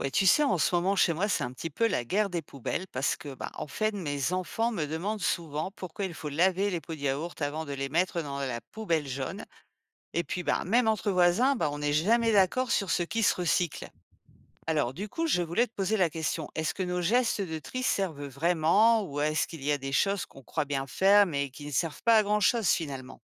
Ouais, tu sais, en ce moment, chez moi, c'est un petit peu la guerre des poubelles parce que, bah, en fait, mes enfants me demandent souvent pourquoi il faut laver les pots de yaourt avant de les mettre dans la poubelle jaune. Et puis, bah, même entre voisins, bah, on n'est jamais d'accord sur ce qui se recycle. Alors, du coup, je voulais te poser la question, est-ce que nos gestes de tri servent vraiment ou est-ce qu'il y a des choses qu'on croit bien faire mais qui ne servent pas à grand-chose finalement?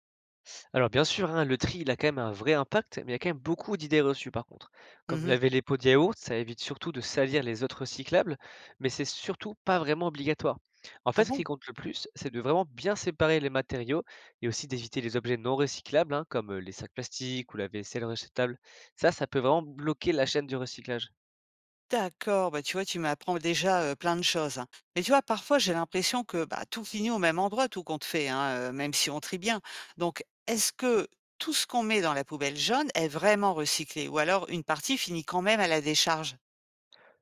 Alors bien sûr, hein, le tri, il a quand même un vrai impact, mais il y a quand même beaucoup d'idées reçues par contre. Comme Mhm. laver les pots de yaourt, ça évite surtout de salir les autres recyclables, mais c'est surtout pas vraiment obligatoire. En Ah fait, ce qui bon? compte le plus, c'est de vraiment bien séparer les matériaux et aussi d'éviter les objets non recyclables, hein, comme les sacs plastiques ou la vaisselle rejetable. Ça peut vraiment bloquer la chaîne du recyclage. D'accord, bah, tu vois, tu m'apprends déjà, plein de choses, hein. Mais tu vois, parfois, j'ai l'impression que, bah, tout finit au même endroit, tout compte fait, hein, même si on trie bien. Donc, est-ce que tout ce qu'on met dans la poubelle jaune est vraiment recyclé? Ou alors une partie finit quand même à la décharge?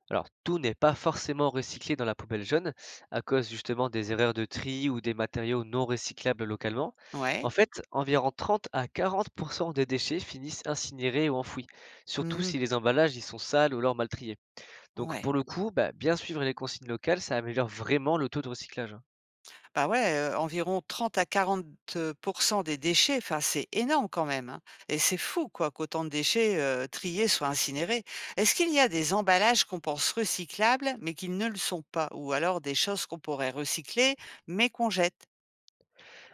Alors, tout n'est pas forcément recyclé dans la poubelle jaune à cause justement des erreurs de tri ou des matériaux non recyclables localement. En Ouais. fait, environ 30 à 40% des déchets finissent incinérés ou enfouis, surtout Mmh. si les emballages y sont sales ou alors mal triés. Donc pour Ouais. le coup, bah, bien suivre les consignes locales, ça améliore vraiment le taux de recyclage, hein. Bah, ouais, environ trente à 40 des déchets, enfin, c'est énorme quand même, hein, et c'est fou quoi qu'autant de déchets, triés soient incinérés. Est-ce qu'il y a des emballages qu'on pense recyclables, mais qu'ils ne le sont pas? Ou alors des choses qu'on pourrait recycler, mais qu'on jette?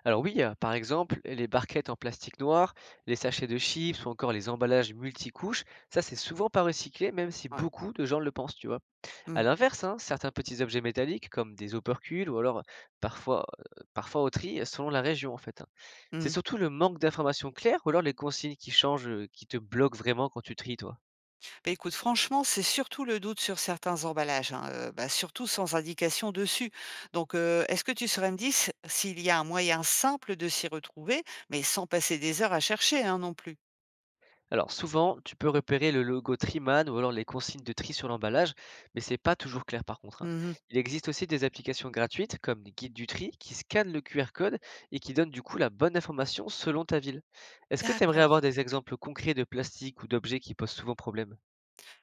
Alors oui, par exemple, les barquettes en plastique noir, les sachets de chips ou encore les emballages multicouches, ça c'est souvent pas recyclé, même si Ouais. beaucoup de gens le pensent, tu vois. À Mmh. l'inverse, hein, certains petits objets métalliques, comme des opercules ou alors parfois, parfois au tri, selon la région en fait, hein. C'est Mmh. surtout le manque d'informations claires ou alors les consignes qui changent, qui te bloquent vraiment quand tu tries toi? Bah, écoute, franchement, c'est surtout le doute sur certains emballages, hein, bah, surtout sans indication dessus. Donc, est-ce que tu saurais me dire s'il y a un moyen simple de s'y retrouver, mais sans passer des heures à chercher, hein, non plus? Alors souvent, tu peux repérer le logo Triman ou alors les consignes de tri sur l'emballage, mais c'est pas toujours clair par contre, hein. Mmh. Il existe aussi des applications gratuites comme les guides du tri qui scannent le QR code et qui donnent du coup la bonne information selon ta ville. Est-ce que tu aimerais avoir D'accord. des exemples concrets de plastique ou d'objets qui posent souvent problème?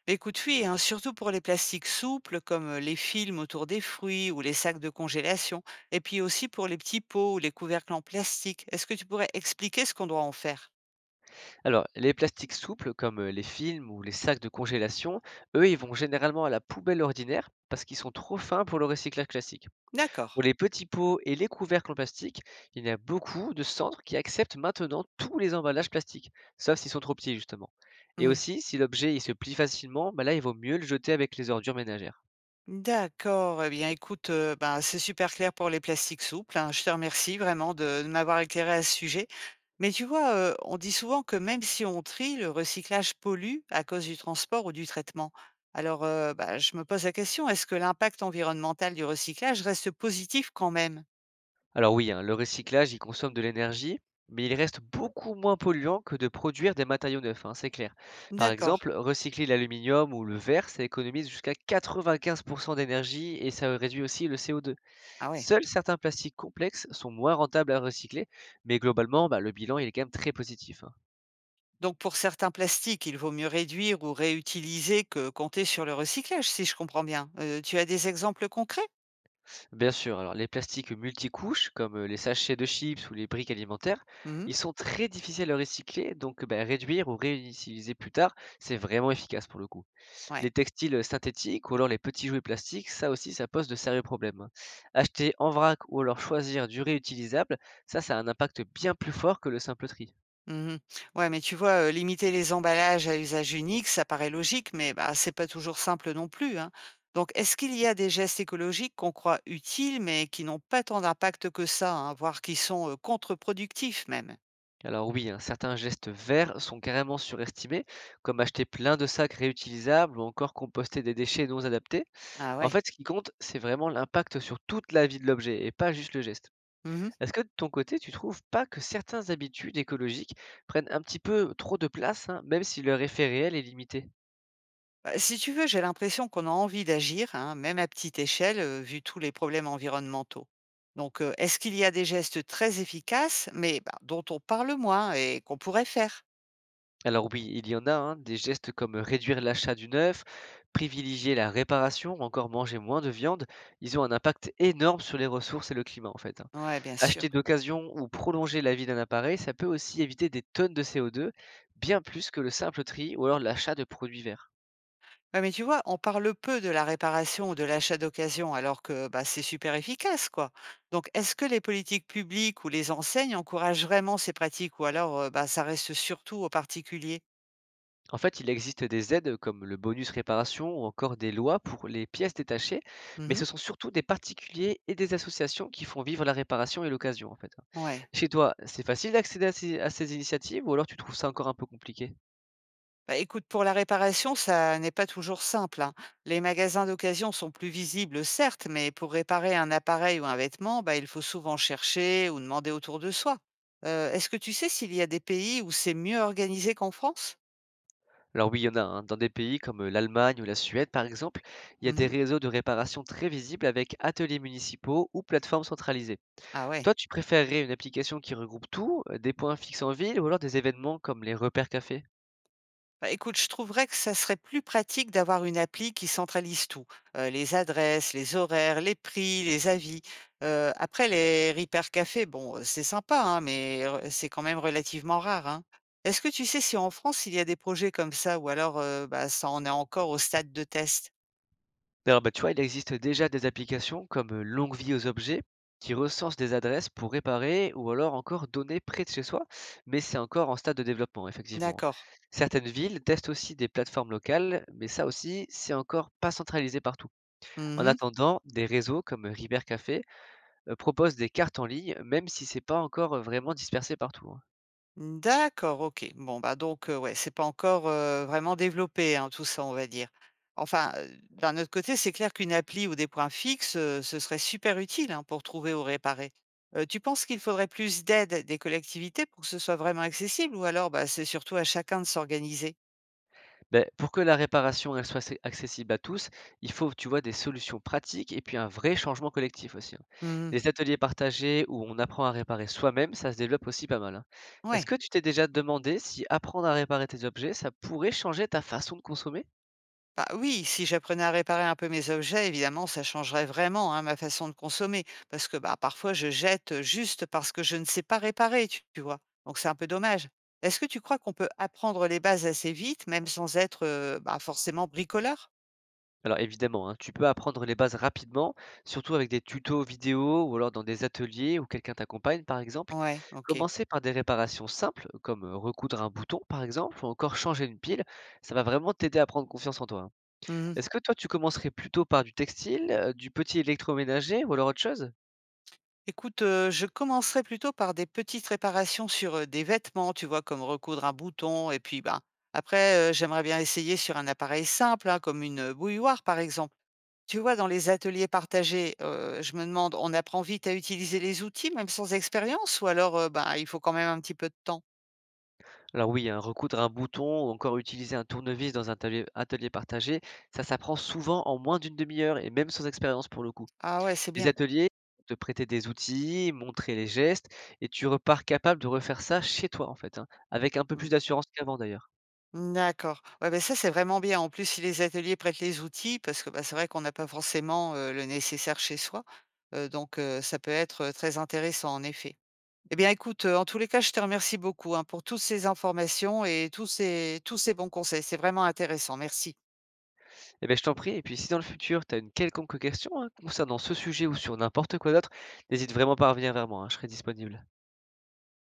Les coups de fouet, hein, surtout pour les plastiques souples comme les films autour des fruits ou les sacs de congélation, et puis aussi pour les petits pots ou les couvercles en plastique. Est-ce que tu pourrais expliquer ce qu'on doit en faire? Alors, les plastiques souples, comme les films ou les sacs de congélation, eux, ils vont généralement à la poubelle ordinaire parce qu'ils sont trop fins pour le recyclage classique. D'accord. Pour les petits pots et les couvercles en plastique, il y a beaucoup de centres qui acceptent maintenant tous les emballages plastiques, sauf s'ils sont trop petits, justement. Et Hmm. aussi, si l'objet il se plie facilement, bah là, il vaut mieux le jeter avec les ordures ménagères. D'accord. Eh bien, écoute, ben, c'est super clair pour les plastiques souples, hein. Je te remercie vraiment de m'avoir éclairé à ce sujet. Mais tu vois, on dit souvent que même si on trie, le recyclage pollue à cause du transport ou du traitement. Alors, bah, je me pose la question, est-ce que l'impact environnemental du recyclage reste positif quand même? Alors oui, hein, le recyclage, il consomme de l'énergie, mais il reste beaucoup moins polluant que de produire des matériaux neufs, hein, c'est clair. Par D'accord. exemple, recycler l'aluminium ou le verre, ça économise jusqu'à 95% d'énergie et ça réduit aussi le CO2. Ah ouais. Seuls certains plastiques complexes sont moins rentables à recycler, mais globalement, bah, le bilan, il est quand même très positif, hein. Donc pour certains plastiques, il vaut mieux réduire ou réutiliser que compter sur le recyclage, si je comprends bien. Tu as des exemples concrets? Bien sûr, alors les plastiques multicouches, comme les sachets de chips ou les briques alimentaires, Mmh. ils sont très difficiles à recycler, donc bah, réduire ou réutiliser plus tard, c'est vraiment efficace pour le coup. Les Ouais. textiles, synthétiques ou alors les petits jouets plastiques, ça aussi, ça pose de sérieux problèmes, hein. Acheter en vrac ou alors choisir du réutilisable, ça a un impact bien plus fort que le simple tri. Mmh. Ouais, mais tu vois, limiter les emballages à usage unique, ça paraît logique, mais bah, c'est pas toujours simple non plus, hein. Donc, est-ce qu'il y a des gestes écologiques qu'on croit utiles, mais qui n'ont pas tant d'impact que ça, hein, voire qui sont, contre-productifs même? Alors oui, hein, certains gestes verts sont carrément surestimés, comme acheter plein de sacs réutilisables ou encore composter des déchets non adaptés. Ah En ouais. fait, ce qui compte, c'est vraiment l'impact sur toute la vie de l'objet et pas juste le geste. Mmh. Est-ce que de ton côté, tu trouves pas que certaines habitudes écologiques prennent un petit peu trop de place, hein, même si leur effet réel est limité? Bah, si tu veux, j'ai l'impression qu'on a envie d'agir, hein, même à petite échelle, vu tous les problèmes environnementaux. Donc, est-ce qu'il y a des gestes très efficaces, mais bah, dont on parle moins et qu'on pourrait faire? Alors oui, il y en a, hein, des gestes comme réduire l'achat du neuf, privilégier la réparation ou encore manger moins de viande, ils ont un impact énorme sur les ressources et le climat en fait, hein. Ouais, bien sûr. Acheter d'occasion ou prolonger la vie d'un appareil, ça peut aussi éviter des tonnes de CO2, bien plus que le simple tri ou alors l'achat de produits verts. Ouais, mais tu vois, on parle peu de la réparation ou de l'achat d'occasion, alors que bah, c'est super efficace, quoi. Donc, est-ce que les politiques publiques ou les enseignes encouragent vraiment ces pratiques, ou alors bah, ça reste surtout aux particuliers? En fait, il existe des aides comme le bonus réparation ou encore des lois pour les pièces détachées, mais Mhm. ce sont surtout des particuliers et des associations qui font vivre la réparation et l'occasion en fait. Ouais. Chez toi, c'est facile d'accéder à ces initiatives ou alors tu trouves ça encore un peu compliqué? Bah, écoute, pour la réparation, ça n'est pas toujours simple, hein. Les magasins d'occasion sont plus visibles, certes, mais pour réparer un appareil ou un vêtement, bah, il faut souvent chercher ou demander autour de soi. Est-ce que tu sais s'il y a des pays où c'est mieux organisé qu'en France? Alors oui, il y en a, hein. Dans des pays comme l'Allemagne ou la Suède par exemple, il y a des Mhm. réseaux de réparation très visibles avec ateliers municipaux ou plateformes centralisées. Ah ouais. Toi, tu préférerais une application qui regroupe tout, des points fixes en ville ou alors des événements comme les repères cafés? Bah, écoute, je trouverais que ça serait plus pratique d'avoir une appli qui centralise tout, les adresses, les horaires, les prix, les avis. Après, les Repair Café, bon, c'est sympa, hein, mais c'est quand même relativement rare, hein. Est-ce que tu sais si en France il y a des projets comme ça ou alors bah, ça en est encore au stade de test? Alors, bah, tu vois, il existe déjà des applications comme Longue Vie aux Objets qui recensent des adresses pour réparer ou alors encore donner près de chez soi, mais c'est encore en stade de développement, effectivement. D'accord. Certaines villes testent aussi des plateformes locales, mais ça aussi, c'est encore pas centralisé partout. En Mhm. attendant, des réseaux comme River Café proposent des cartes en ligne, même si c'est pas encore, vraiment dispersé partout, hein. D'accord, OK. Bon, bah, donc, ouais, c'est pas encore, vraiment développé, hein, tout ça, on va dire. Enfin, d'un autre côté, c'est clair qu'une appli ou des points fixes, ce serait super utile, hein, pour trouver ou réparer. Tu penses qu'il faudrait plus d'aide des collectivités pour que ce soit vraiment accessible ou alors, bah, c'est surtout à chacun de s'organiser? Beh, pour que la réparation, elle soit accessible à tous, il faut, tu vois, des solutions pratiques et puis un vrai changement collectif aussi, hein. Mmh. Les ateliers partagés où on apprend à réparer soi-même, ça se développe aussi pas mal, hein. Est-ce Ouais. que tu t'es déjà demandé si apprendre à réparer tes objets, ça pourrait changer ta façon de consommer? Bah oui, si j'apprenais à réparer un peu mes objets, évidemment, ça changerait vraiment, hein, ma façon de consommer. Parce que bah, parfois, je jette juste parce que je ne sais pas réparer, tu vois. Donc, c'est un peu dommage. Est-ce que tu crois qu'on peut apprendre les bases assez vite, même sans être bah, forcément bricoleur? Alors évidemment, hein, tu peux apprendre les bases rapidement, surtout avec des tutos vidéo ou alors dans des ateliers où quelqu'un t'accompagne par exemple. Ouais, ok. Commencer par des réparations simples, comme recoudre un bouton par exemple, ou encore changer une pile, ça va vraiment t'aider à prendre confiance en toi, hein. Mhm. Est-ce que toi, tu commencerais plutôt par du textile, du petit électroménager ou alors autre chose? Écoute, je commencerai plutôt par des petites réparations sur des vêtements, tu vois, comme recoudre un bouton. Et puis, bah, après, j'aimerais bien essayer sur un appareil simple, hein, comme une bouilloire, par exemple. Tu vois, dans les ateliers partagés, je me demande, on apprend vite à utiliser les outils même sans expérience ou alors, ben, il faut quand même un petit peu de temps? Alors oui, hein, recoudre un bouton ou encore utiliser un tournevis dans un atelier partagé, ça s'apprend souvent en moins d'une demi heure et même sans expérience pour le coup. Ah ouais, c'est Les bien. ateliers vont te prêter des outils, montrer les gestes et tu repars capable de refaire ça chez toi, en fait, hein, avec un peu plus Mmh. d'assurance qu'avant d'ailleurs. D'accord. Ouais, ben ça, c'est vraiment bien. En plus, si les ateliers prêtent les outils parce que, bah, c'est vrai qu'on n'a pas forcément, le nécessaire chez soi, donc ça peut être, très intéressant en effet. Eh bien écoute, en tous les cas, je te remercie beaucoup, hein, pour toutes ces informations et tous ces bons conseils. C'est vraiment intéressant. Merci. Et beh, je t'en prie et puis si dans le futur, tu as une quelconque question, hein, concernant ce sujet ou sur n'importe quoi d'autre, n'hésite vraiment pas à revenir vers moi, hein, je serai disponible.